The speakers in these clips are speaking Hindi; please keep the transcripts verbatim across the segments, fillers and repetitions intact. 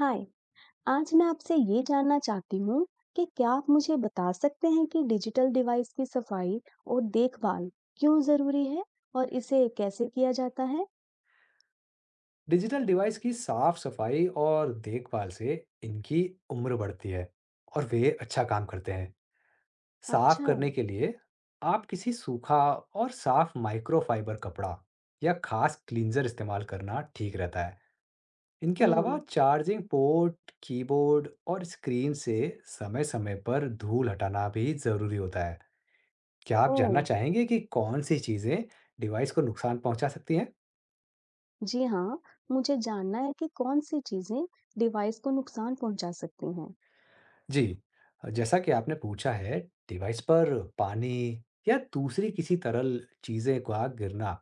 हाय। आज मैं आपसे ये जानना चाहती हूँ कि क्या आप मुझे बता सकते हैं कि डिजिटल डिवाइस की सफाई और देखभाल क्यों जरूरी है और इसे कैसे किया जाता है? डिजिटल डिवाइस की साफ सफाई और देखभाल से इनकी उम्र बढ़ती है और वे अच्छा काम करते हैं। साफ अच्छा। करने के लिए आप किसी सूखा और साफ माइक्रोफाइबर कपड़ा या खास क्लींजर इस्तेमाल करना ठीक रहता है। इनके अलावा हम्म। चार्जिंग पोर्ट, कीबोर्ड और स्क्रीन से समय-समय पर धूल हटाना भी ज़रूरी होता है। क्या आप ओ। जानना चाहेंगे कि कौन सी चीज़ें डिवाइस को नुकसान पहुंचा सकती हैं? जी हाँ, मुझे जानना है कि कौन सी चीजें डिवाइस को नुकसान पहुंचा सकती हैं। जी, जैसा कि आपने पूछा है, डिवाइस पर पानी या दूसरी किसी तरल चीज़ें का गिरना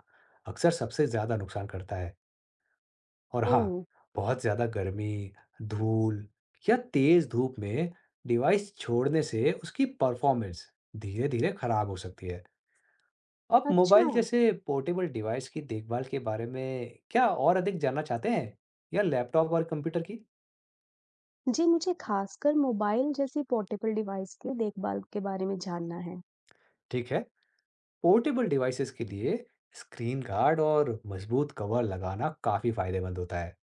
अक्सर सबसे ज़्यादा नुकसान करता है। और हाँ, ओ। बहुत ज़्यादा गर्मी, धूल या तेज़ धूप में डिवाइस छोड़ने से उसकी परफॉर्मेंस धीरे-धीरे खराब हो सकती है। आप अच्छा। मोबाइल जैसे पोर्टेबल डिवाइस की देखभाल के बारे में क्या और अधिक जानना चाहते हैं? या लैपटॉप और कंप्यूटर की? जी मुझे खासकर मोबाइल जैसी पोर्टेबल डिवाइस की देखभाल के बारे में जानना है। ठीक है। पोर्टेबल डिवाइसेस के लिए स्क्रीन गार्ड और मजबूत कवर लगाना काफी फायदेमंद होता है।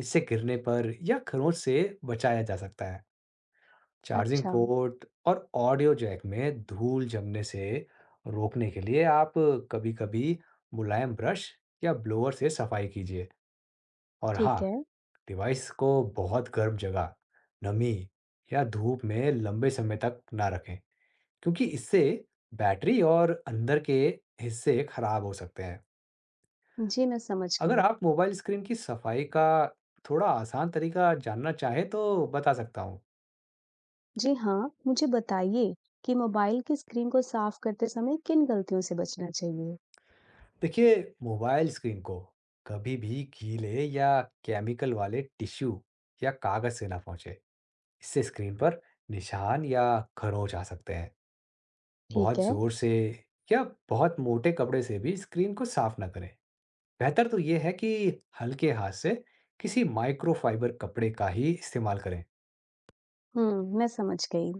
इससे गिरने पर या खरोंच से बचाया जा सकता है। चार्जिंग अच्छा। पोर्ट और ऑडियो जैक में धूल जमने से रोकने के लिए आप कभी-कभी मुलायम ब्रश या ब्लोअर से सफाई कीजिए। और हाँ, ठीक है। डिवाइस को बहुत गर्म जगह, नमी या धूप में लंबे समय तक ना रखें, क्योंकि इससे बैटरी और अंदर के हिस्से खराब हो सकते हैं। जी मैं समझ अगर गई। आप मोबाइल स्क्रीन की सफाई का थोड़ा आसान तरीका जानना चाहें तो बता सकता हूँ। जी हाँ, मुझे बताइए कि मोबाइल की स्क्रीन को साफ करते समय किन गलतियों से बचना चाहिए? देखिए, मोबाइल स्क्रीन को कभी भी गीले या केमिकल वाले टिश्यू या कागज़ से ना पहुँचे। इससे स्क्रीन पर निशान या खरोंच आ सकते हैं। ठीक बहुत है। ज़ोर से या बहुत मोटे कपड़े से भी स्क्रीन को साफ ना करें। बेहतर तो ये है कि हल्के हाथ से किसी माइक्रोफाइबर कपड़े का ही इस्तेमाल करें। हुँ, मैं समझ गई।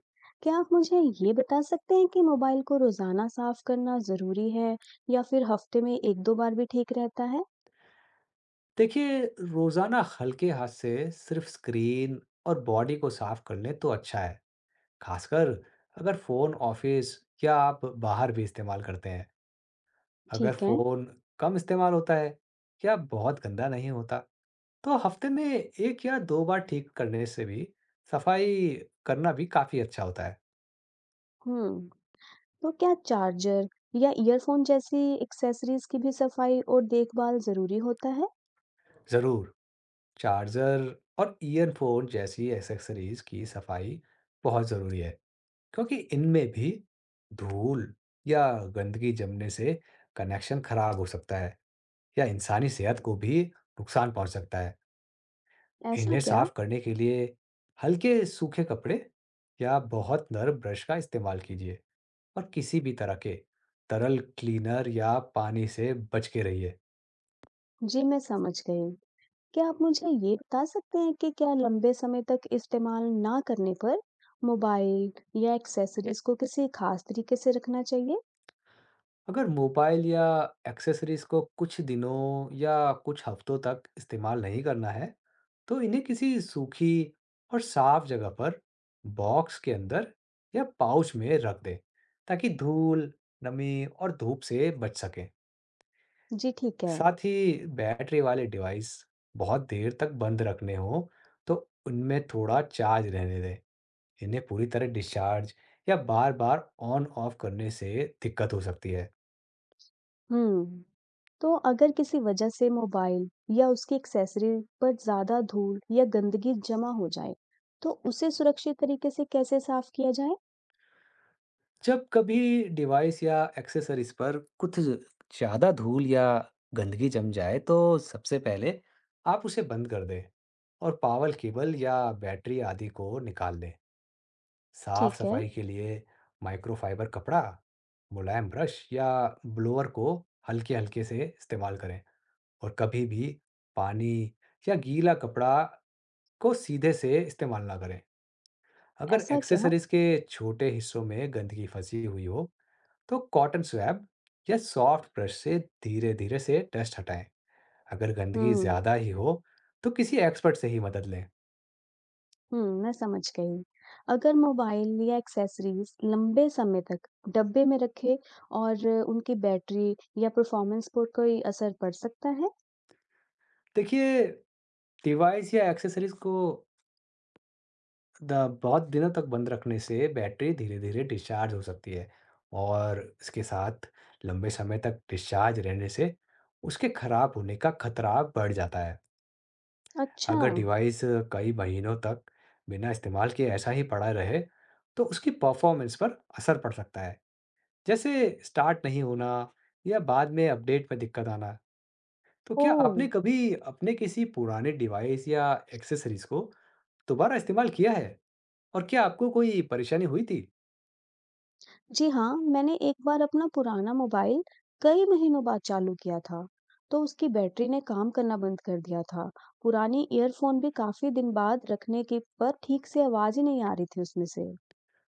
क्या आप मुझे ये बता सकते हैं कि मोबाइल को रोज़ाना साफ करना ज़रूरी है या फिर हफ़्ते में एक दो बार भी ठीक रहता है? देखिए, रोजाना हल्के हाथ से सिर्फ स्क्रीन और बॉडी को साफ कर लें तो अच्छा है। खासकर अगर फोन ऑफिस या आप बाहर भी इस्तेमाल करते हैं। अगर ठीक है। फोन कम इस्तेमाल होता है या बहुत गंदा नहीं होता तो हफ्ते में एक या दो बार ठीक करने से भी सफाई करना भी काफी अच्छा होता है। हुँ। तो क्या चार्जर या ईयरफ़ोन जैसी एक्सेसरीज़ की भी सफाई और देखभाल ज़रूरी होता है? जरूर, चार्जर और ईयरफोन जैसी एक्सेसरीज की सफाई बहुत जरूरी है, क्योंकि इनमें भी धूल या गंदगी जमने से कनेक्शन खराब हो सकता है या इंसानी सेहत को भी नुकसान पहुंच सकता है। ऐसा इन्हें क्या? साफ करने के लिए हल्के सूखे कपड़े या बहुत नरम ब्रश का इस्तेमाल कीजिए और किसी भी तरह के तरल क्लीनर या पानी से बच के रहिए। जी, मैं समझ गई। क्या आप मुझे ये बता सकते हैं कि क्या लंबे समय तक इस्तेमाल ना करने पर मोबाइल या एक्सेसरीज को किसी खास तरीके से रखना चाहिए? अगर मोबाइल या एक्सेसरीज को कुछ दिनों या कुछ हफ्तों तक इस्तेमाल नहीं करना है, तो इन्हें किसी सूखी और साफ जगह पर बॉक्स के अंदर या पाउच में रख दें, ताकि धूल, नमी और धूप से बच सकें। जी ठीक है। साथ ही बैटरी वाले डिवाइस बहुत देर तक बंद रखने हो, तो उनमें थोड़ा चार्ज रहने दें। इन्हें पूरी तरह डिस्चार्ज या बार-बार ऑन ऑफ करने से दिक्कत हो सकती है। हम्म। तो अगर किसी वजह से मोबाइल या उसकी एक्सेसरी पर ज़्यादा धूल या गंदगी जमा हो जाए, तो उसे सुरक्षित तरीके से कैसे साफ किया जाए? जब कभी डिवाइस या एक्सेसरीज पर कुछ ज्यादा धूल या गंदगी जम जाए तो सबसे पहले आप उसे बंद कर दें और पावर केबल या बैटरी आदि को निकाल दें। साफ ठीक है। सफाई के लिए माइक्रोफाइबर कपड़ा, मुलायम ब्रश या ब्लोअर को हल्के हल्के से इस्तेमाल करें और कभी भी पानी या गीला कपड़ा को सीधे से इस्तेमाल ना करें। अगर ऐसा क्या? एक्सेसरीज के छोटे हिस्सों में गंदगी फंसी हुई हो तो कॉटन स्वैब या सॉफ्ट ब्रश से धीरे धीरे से डस्ट हटाएं। अगर गंदगी हम्म। ज़्यादा ही हो तो किसी एक्सपर्ट से ही मदद लें। हुँ, मैं समझ गई। अगर मोबाइल या एक्सेसरीज़ लंबे समय तक डब्बे में रखे और उनकी बैटरी या परफॉर्मेंस पर कोई असर पड़ सकता है? देखिए, डिवाइस या एक्सेसरीज को द- बहुत दिनों तक बंद रखने से बैटरी धीरे धीरे डिस्चार्ज हो सकती है और इसके साथ लंबे समय तक डिस्चार्ज रहने से उसके खराब होने का खतरा बढ़ जाता है। अच्छा। अगर डिवाइस कई महीनों तक बिना इस्तेमाल किए ऐसा ही पड़ा रहे तो उसकी परफॉर्मेंस पर असर पड़ सकता है, जैसे स्टार्ट नहीं होना या बाद में अपडेट में दिक्कत आना। तो क्या आपने ओह! कभी अपने किसी पुराने डिवाइस या एक्सेसरीज को दोबारा इस्तेमाल किया है? और क्या आपको कोई परेशानी हुई थी? जी हाँ, मैंने एक बार अपना पुराना मोबाइल कई महीनों बाद चालू किया था, तो उसकी बैटरी ने काम करना बंद कर दिया था। पुरानी ईयरफ़ोन भी काफ़ी दिन बाद रखने के पर ठीक से आवाज़ ही नहीं आ रही थी उसमें से।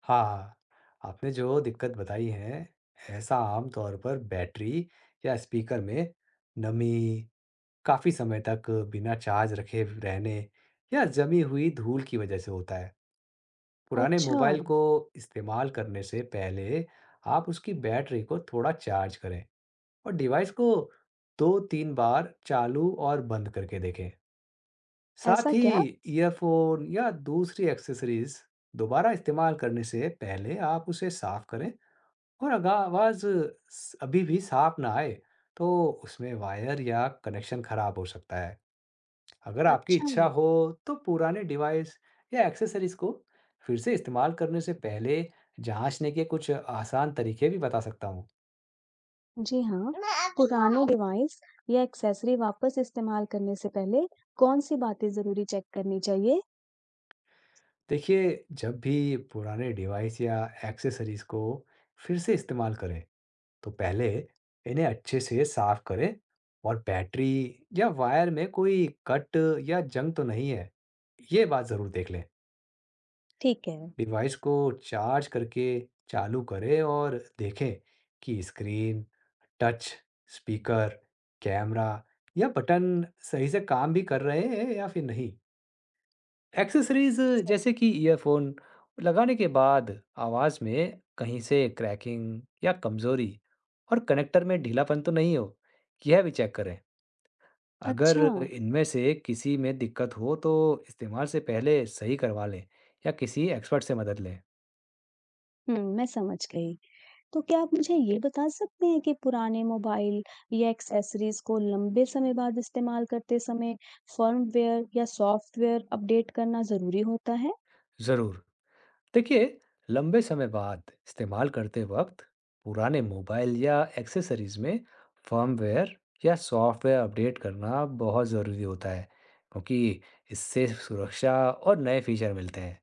हाँ, हाँ, आपने जो दिक्कत बताई है, ऐसा आम तौर पर बैटरी या स्पीकर में नमी, काफ़ी समय तक बिना चार्ज रखे रहने या जमी हुई धूल की वजह से होता है। पुराने अच्छा। मोबाइल को इस्तेमाल करने से पहले आप उसकी बैटरी को थोड़ा चार्ज करें और डिवाइस को दो तीन बार चालू और बंद करके देखें। ऐसा साथ ही क्या? ईयरफोन या दूसरी एक्सेसरीज दोबारा इस्तेमाल करने से पहले आप उसे साफ करें और अगर आवाज़ अभी भी साफ ना आए तो उसमें वायर या कनेक्शन खराब हो सकता है। अगर आपकी अच्छा। इच्छा हो तो पुराने डिवाइस या एक्सेसरीज को फिर से इस्तेमाल करने से पहले जांचने के कुछ आसान तरीके भी बता सकता हूँ। जी हाँ, पुराने डिवाइस या एक्सेसरी वापस इस्तेमाल करने से पहले कौन सी बातें ज़रूरी चेक करनी चाहिए? देखिए, जब भी पुराने डिवाइस या एक्सेसरीज को फिर से इस्तेमाल करें तो पहले इन्हें अच्छे से साफ करें और बैटरी या वायर में कोई कट या जंग तो नहीं है, ये बात ज़रूर देख लें। ठीक है। डिवाइस को चार्ज करके चालू करें और देखें कि स्क्रीन, टच, स्पीकर, कैमरा या बटन सही से काम भी कर रहे हैं या फिर नहीं। एक्सेसरीज जैसे कि ईयरफोन लगाने के बाद आवाज़ में कहीं से क्रैकिंग या कमज़ोरी और कनेक्टर में ढीलापन तो नहीं हो, यह भी चेक करें। अगर अच्छा। इनमें से किसी में दिक्कत हो तो इस्तेमाल से पहले सही करवा लें या किसी एक्सपर्ट से मदद लें। हम्म, मैं समझ गई। तो क्या आप मुझे ये बता सकते हैं कि पुराने मोबाइल या एक्सेसरीज को लंबे समय बाद इस्तेमाल करते समय फर्मवेयर या सॉफ्टवेयर अपडेट करना ज़रूरी होता है? ज़रूर। देखिए, लंबे समय बाद इस्तेमाल करते वक्त पुराने मोबाइल या एक्सेसरीज में फर्मवेयर या सॉफ्टवेयर अपडेट करना बहुत ज़रूरी होता है, क्योंकि इससे सुरक्षा और नए फीचर मिलते हैं।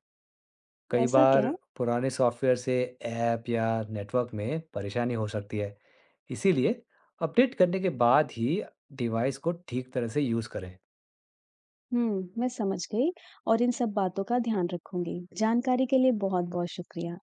कई ऐसा बार क्या? पुराने सॉफ्टवेयर से ऐप या नेटवर्क में परेशानी हो सकती है, इसीलिए अपडेट करने के बाद ही डिवाइस को ठीक तरह से यूज़ करें। हम्म, मैं समझ गई और इन सब बातों का ध्यान रखूंगी। जानकारी के लिए बहुत-बहुत शुक्रिया।